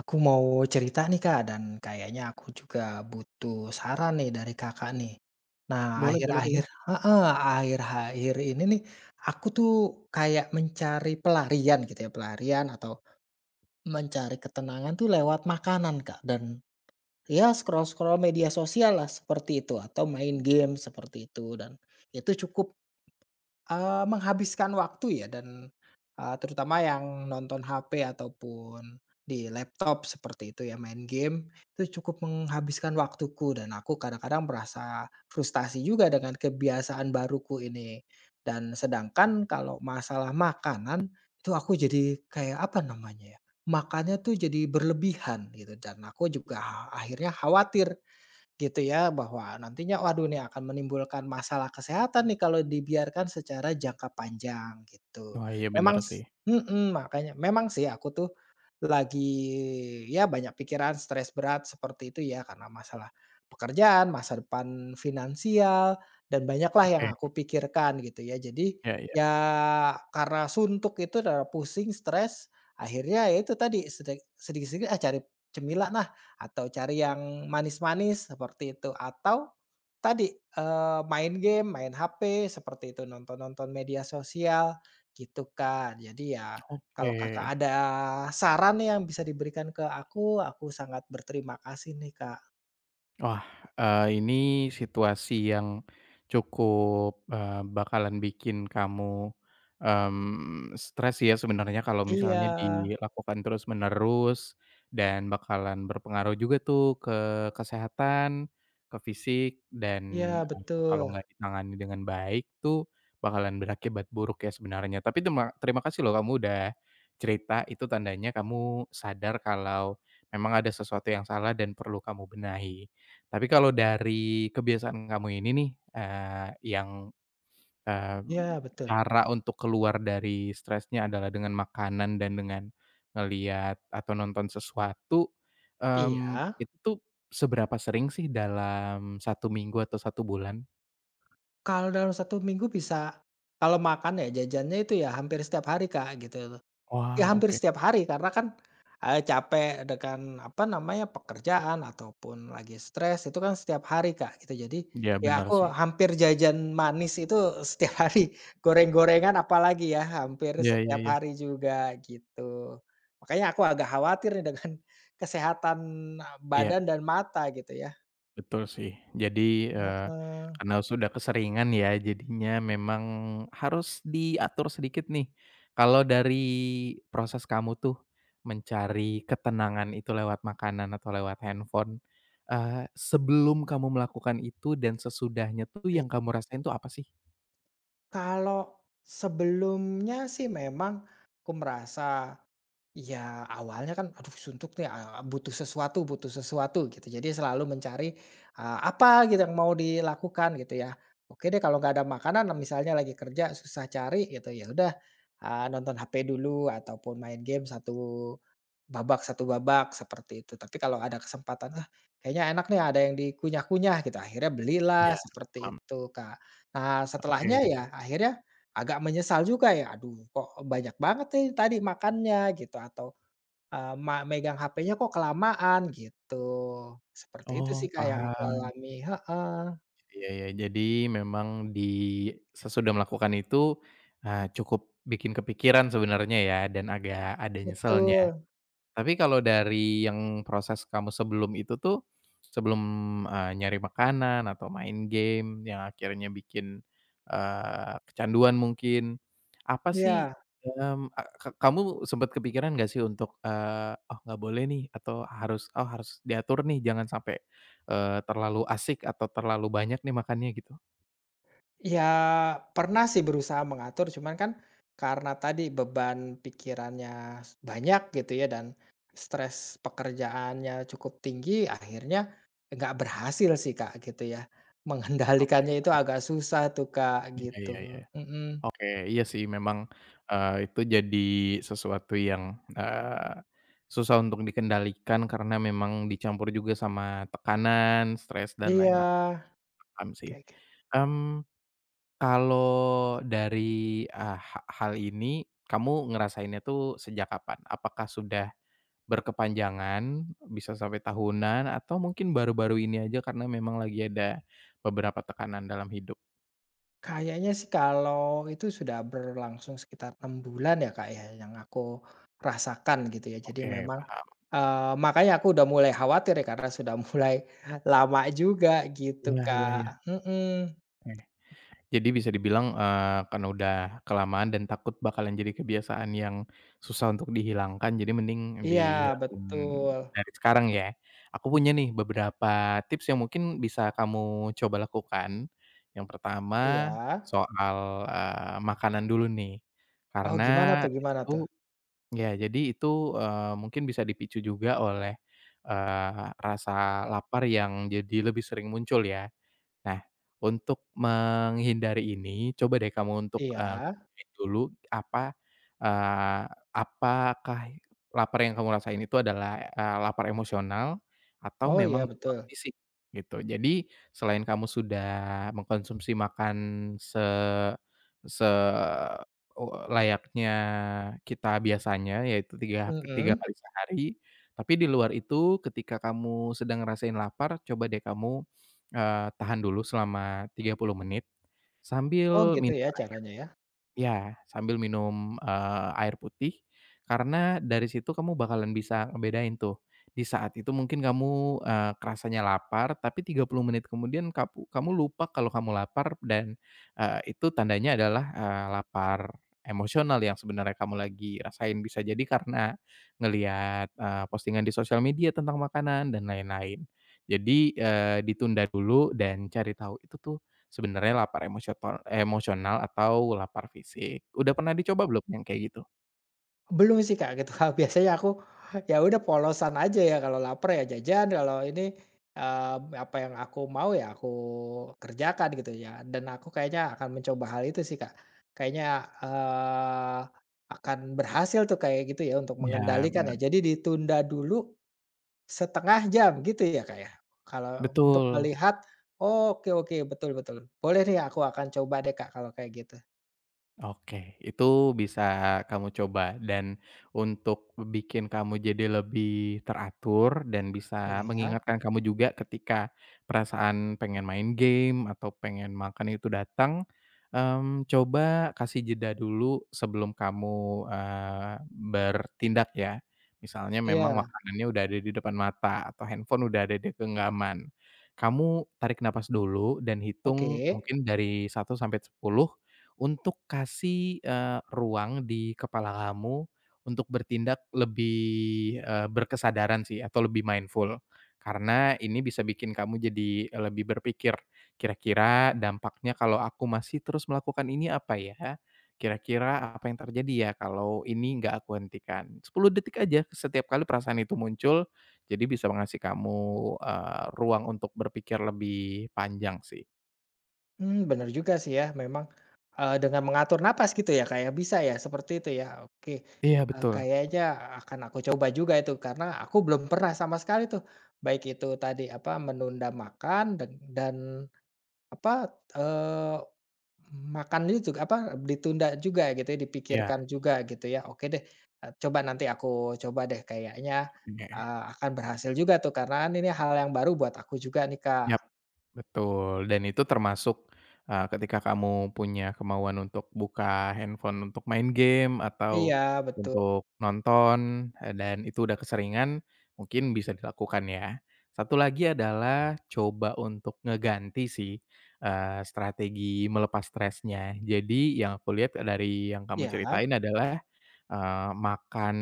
Aku mau cerita nih Kak, dan kayaknya aku juga butuh saran nih dari Kakak nih. Nah, Boleh boleh boleh. Akhir-akhir ini nih, aku tuh kayak mencari pelarian gitu ya, pelarian atau mencari ketenangan tuh lewat makanan Kak, dan ya scroll-scroll media sosial lah seperti itu, atau main game seperti itu, dan itu cukup menghabiskan waktu ya dan, terutama yang nonton HP ataupun di laptop seperti itu ya, main game, itu cukup menghabiskan waktuku dan aku kadang-kadang merasa frustasi juga dengan kebiasaan baruku ini. Dan sedangkan kalau masalah makanan, itu aku jadi kayak apa namanya ya, makannya tuh jadi berlebihan gitu dan aku juga akhirnya khawatir gitu ya, bahwa nantinya waduh nih akan menimbulkan masalah kesehatan nih kalau dibiarkan secara jangka panjang gitu. Wah, iya bener Memang sih. Makanya memang sih aku tuh lagi ya banyak pikiran stres berat seperti itu ya karena masalah pekerjaan, masa depan finansial, dan banyaklah yang Oke, aku pikirkan gitu ya. Jadi iya iya, ya karena suntuk itu, karena pusing, stres, akhirnya ya itu tadi sedikit-sedikit, "Ah, cari cemilan atau cari yang manis-manis seperti itu, atau tadi, main game, main HP seperti itu, nonton-nonton media sosial gitu, kan. Jadi ya oke. kalau Kakak ada saran yang bisa diberikan ke aku sangat berterima kasih nih, Kak. Wah, ini situasi yang cukup, bakalan bikin kamu, stres ya sebenarnya kalau Iya, misalnya dilakukan terus-menerus dan bakalan berpengaruh juga tuh ke kesehatan, ke fisik iya dan, betul, kalau nggak ditangani dengan baik tuh bakalan berakibat buruk ya sebenarnya. Tapi terima terima kasih loh kamu udah cerita, itu tandanya kamu sadar kalau memang ada sesuatu yang salah dan perlu kamu benahi. Tapi kalau dari kebiasaan kamu ini nih, yang, eee, iya betul. cara untuk keluar dari stresnya adalah dengan makanan dan dengan ngelihat atau nonton sesuatu, Iya, itu tuh seberapa sering sih dalam satu minggu atau satu bulan? kalau dalam satu minggu bisa kalau makan ya jajannya itu ya hampir setiap hari, Kak, gitu. Ya Wah, hampir oke. setiap hari karena kan, capek dengan apa namanya, pekerjaan ataupun lagi stres itu kan setiap hari, Kak, gitu. Jadi, Iya ya benar aku sih. hampir jajan manis itu setiap hari, goreng-gorengan apalagi ya hampir Iya iya setiap iya. hari juga gitu. Makanya aku agak khawatir nih dengan kesehatan Iya. badan dan mata gitu ya. Betul sih. Jadi, eee, Heeh. karena sudah keseringan ya, jadinya memang harus diatur sedikit nih. Kalau dari proses kamu tuh mencari ketenangan itu lewat makanan atau lewat handphone, sebelum kamu melakukan itu dan sesudahnya tuh Eh, yang kamu rasain tuh apa sih? Kalau sebelumnya sih memang aku merasa ya awalnya kan, "Aduh suntuk nih, butuh sesuatu," gitu. Jadi selalu mencari, apa gitu yang mau dilakukan gitu ya. Oke deh kalau nggak ada makanan misalnya lagi kerja susah cari gitu, ya udah, nonton HP dulu ataupun main game satu babak, seperti itu. Tapi kalau ada kesempatan, "Ah kayaknya enak nih ada yang dikunyah-kunyah," gitu, akhirnya belilah Ya, seperti paham. itu, Kak. Nah setelahnya Oke. ya akhirnya agak menyesal juga ya, "Aduh kok banyak banget nih tadi makannya," gitu atau Eee, ma megang HP-nya kok kelamaan gitu. Seperti itu sih, Oh, Kak, yang aku paham. alami, heeh, Iya ya, jadi memang di sesudah melakukan itu, cukup bikin kepikiran sebenarnya ya dan agak ada nyeselnya. betul. Tapi kalau dari yang proses kamu sebelum itu tuh, sebelum, nyari makanan atau main game yang akhirnya bikin, kecanduan mungkin, apa sih, Iya. A ka kamu sempet kepikiran nggak sih untuk, "Oh nggak boleh nih," atau harus, "Oh harus diatur nih jangan sampai, terlalu asik atau terlalu banyak nih makannya," gitu? Ya pernah sih berusaha mengatur, cuman kan karena tadi beban pikirannya banyak gitu ya dan stres pekerjaannya cukup tinggi, akhirnya nggak berhasil sih, Kak, gitu ya. Oke, Mengendalikannya itu paham, agak susah tuh, Kak, iya iya iya. gitu. Mhm. Oke, iya sih memang, itu jadi sesuatu yang, eee, susah untuk dikendalikan karena memang dicampur juga sama tekanan, stres, dan Iya, lain-lain, paham sih. kayak gi Mmm, kalau dari, hal ini kamu ngerasainnya tuh sejak kapan? Apakah sudah berkepanjangan, bisa sampai tahunan, atau mungkin baru-baru ini aja karena memang lagi ada beberapa tekanan dalam hidup? Kayaknya sih kalau itu sudah berlangsung sekitar 6 bulan ya, Kak, ya, yang aku rasakan gitu ya. Jadi Oke, memang, paham. Makanya aku udah mulai khawatir ya karena sudah mulai lama juga gitu, Iya iya iya. Kak. Mhm, Jadi bisa dibilang, karena udah kelamaan dan takut bakalan jadi kebiasaan yang susah untuk dihilangkan, jadi mending iya dihilangkan betul. dari sekarang ya. Aku punya nih beberapa tips yang mungkin bisa kamu coba lakukan. Yang pertama Iya. soal, makanan dulu nih, Oh gimana karena tuh gimana tuh? itu ya jadi itu, mungkin bisa dipicu juga oleh, rasa lapar yang jadi lebih sering muncul ya. Nah, untuk menghindari ini, coba deh kamu untuk, Iya. cek dulu eee, apakah lapar yang kamu rasain itu adalah, lapar emosional atau Oh memang iya lapar betul. fisik, gitu. Jadi selain kamu sudah mengkonsumsi makan se se layaknya kita biasanya, yaitu 3 3 Mhm. kali sehari, tapi di luar itu ketika kamu sedang ngerasain lapar, coba deh kamu tahan dulu selama 30 menit, Oh sambil gitu minum. ya caranya ya? Iya, sambil minum, air putih, karena dari situ kamu bakalan bisa ngebedain tuh, di saat itu mungkin kamu, kerasanya lapar, tapi 30 menit kemudian kamu lupa kalau kamu lapar dan, itu tandanya adalah, lapar emosional yang sebenarnya kamu lagi rasain. Bisa jadi karena ngelihat, postingan di sosial media tentang makanan dan lain-lain. Jadi, ditunda dulu dan cari tahu itu tuh sebenarnya lapar emosional atau lapar fisik? Udah pernah dicoba belum yang kayak gitu? Belum sih, Kak, gitu. Kak, biasanya aku, ya udah polosan aja ya, kalau lapar ya jajan, kalau ini, eee, apa yang aku mau ya aku kerjakan gitu ya, dan aku kayaknya akan mencoba hal itu sih, Kak. Kayaknya, eee, akan berhasil tuh kayak gitu ya untuk Iya. Ya mengendalikan bener, ya, jadi ditunda dulu setengah jam gitu ya, Kak, ya? Kalau untuk betul. melihat, oke oke, betul betul. Boleh nih aku akan coba deh, Kak, kalau kayak gitu. Oke, itu bisa kamu coba dan untuk bikin kamu jadi lebih teratur dan bisa Iya mengingatkan kamu juga ketika perasaan pengen main game atau pengen makan itu datang, coba kasih jeda dulu sebelum kamu, bertindak ya. Misalnya memang iya, makanannya udah ada di depan mata atau handphone udah ada di genggaman. Kamu tarik napas dulu dan oke. hitung mungkin dari 1 sampai 10. Untuk kasih, ruang di kepala kamu untuk bertindak lebih, berkesadaran sih atau lebih mindful. Karena ini bisa bikin kamu jadi lebih berpikir, "Kira-kira dampaknya kalau aku masih terus melakukan ini apa ya? Kira-kira apa yang terjadi ya kalau ini nggak aku hentikan?" 10 detik aja setiap kali perasaan itu muncul, jadi bisa mengasih kamu, ruang untuk berpikir lebih panjang sih. Hmm, benar juga sih ya memang, dengan mengatur napas gitu ya kayak bisa ya seperti itu ya? Oke, Iya betul, kayaknya akan aku coba juga itu karena aku belum pernah sama sekali tuh, baik itu tadi apa menunda makan dan apa, eee, makan itu juga apa ditunda juga gitu ya, dipikirkan iya, juga gitu ya. Oke deh, coba nanti aku coba deh kayaknya, oke. Akan berhasil juga tuh karena kan ini hal yang baru buat aku juga nih Yap, Kak. betul, dan itu termasuk, ketika kamu punya kemauan untuk buka handphone untuk main game Iya atau betul, untuk nonton, dan itu udah keseringan, mungkin bisa dilakukan ya. Satu lagi adalah coba untuk ngeganti sih, strategi melepas stresnya. Jadi yang aku lihat dari yang kamu iya. ceritain adalah makan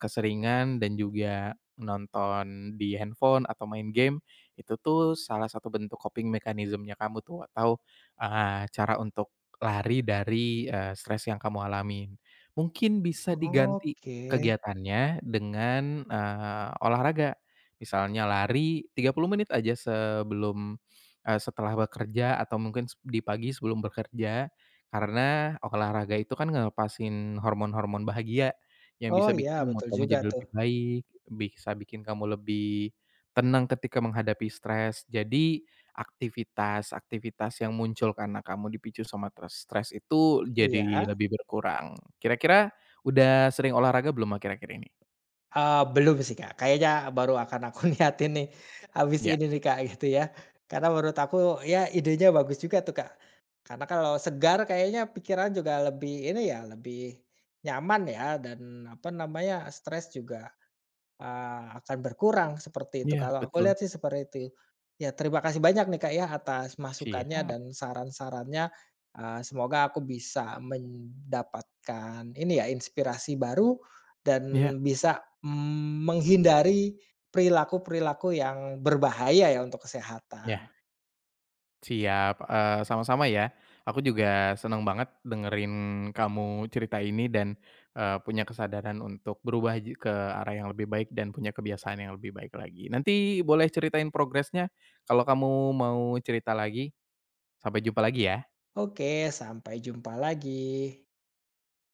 keseringan dan juga nonton di handphone atau main game, itu tuh salah satu bentuk coping mekanismenya kamu tuh atau, cara untuk lari dari, stres yang kamu alamin. Mungkin bisa diganti Oke. kegiatannya dengan, olahraga, misalnya lari 30 menit aja setelah bekerja atau mungkin di pagi sebelum bekerja karena olahraga itu kan ngelepasin hormon-hormon bahagia, yang Oh bisa ya bikin mood betul kamu juga jadi tuh. lebih baik, bisa bikin kamu lebih tenang ketika menghadapi stres. Jadi, aktivitas-aktivitas yang muncul karena kamu dipicu sama stres itu Iya, jadi lebih berkurang. Kira-kira udah sering olahraga belum akhir-akhir ini? Belum sih, Kak, kayaknya baru akan aku niatin nih, habis Ya. ini nih, Kak, gitu ya. Karena menurut aku ya idenya bagus juga tuh, Kak. Karena kalau segar kayaknya pikiran juga lebih ini ya, lebih nyaman ya dan apa namanya, stres juga akan berkurang seperti itu, Iya, kalau aku betul. lihat sih seperti itu. Ya terima kasih banyak nih Kak ya atas masukannya Siap. dan saran-sarannya, semoga aku bisa mendapatkan ini ya inspirasi baru Iya. dan bisa, menghindari perilaku-perilaku yang berbahaya ya untuk kesehatan. Siap, sama-sama ya. Aku juga seneng banget dengerin kamu cerita ini dan, punya kesadaran untuk berubah ke arah yang lebih baik dan punya kebiasaan yang lebih baik lagi. Nanti boleh ceritain progresnya kalau kamu mau cerita lagi. Sampai jumpa lagi ya. Oke sampai jumpa lagi.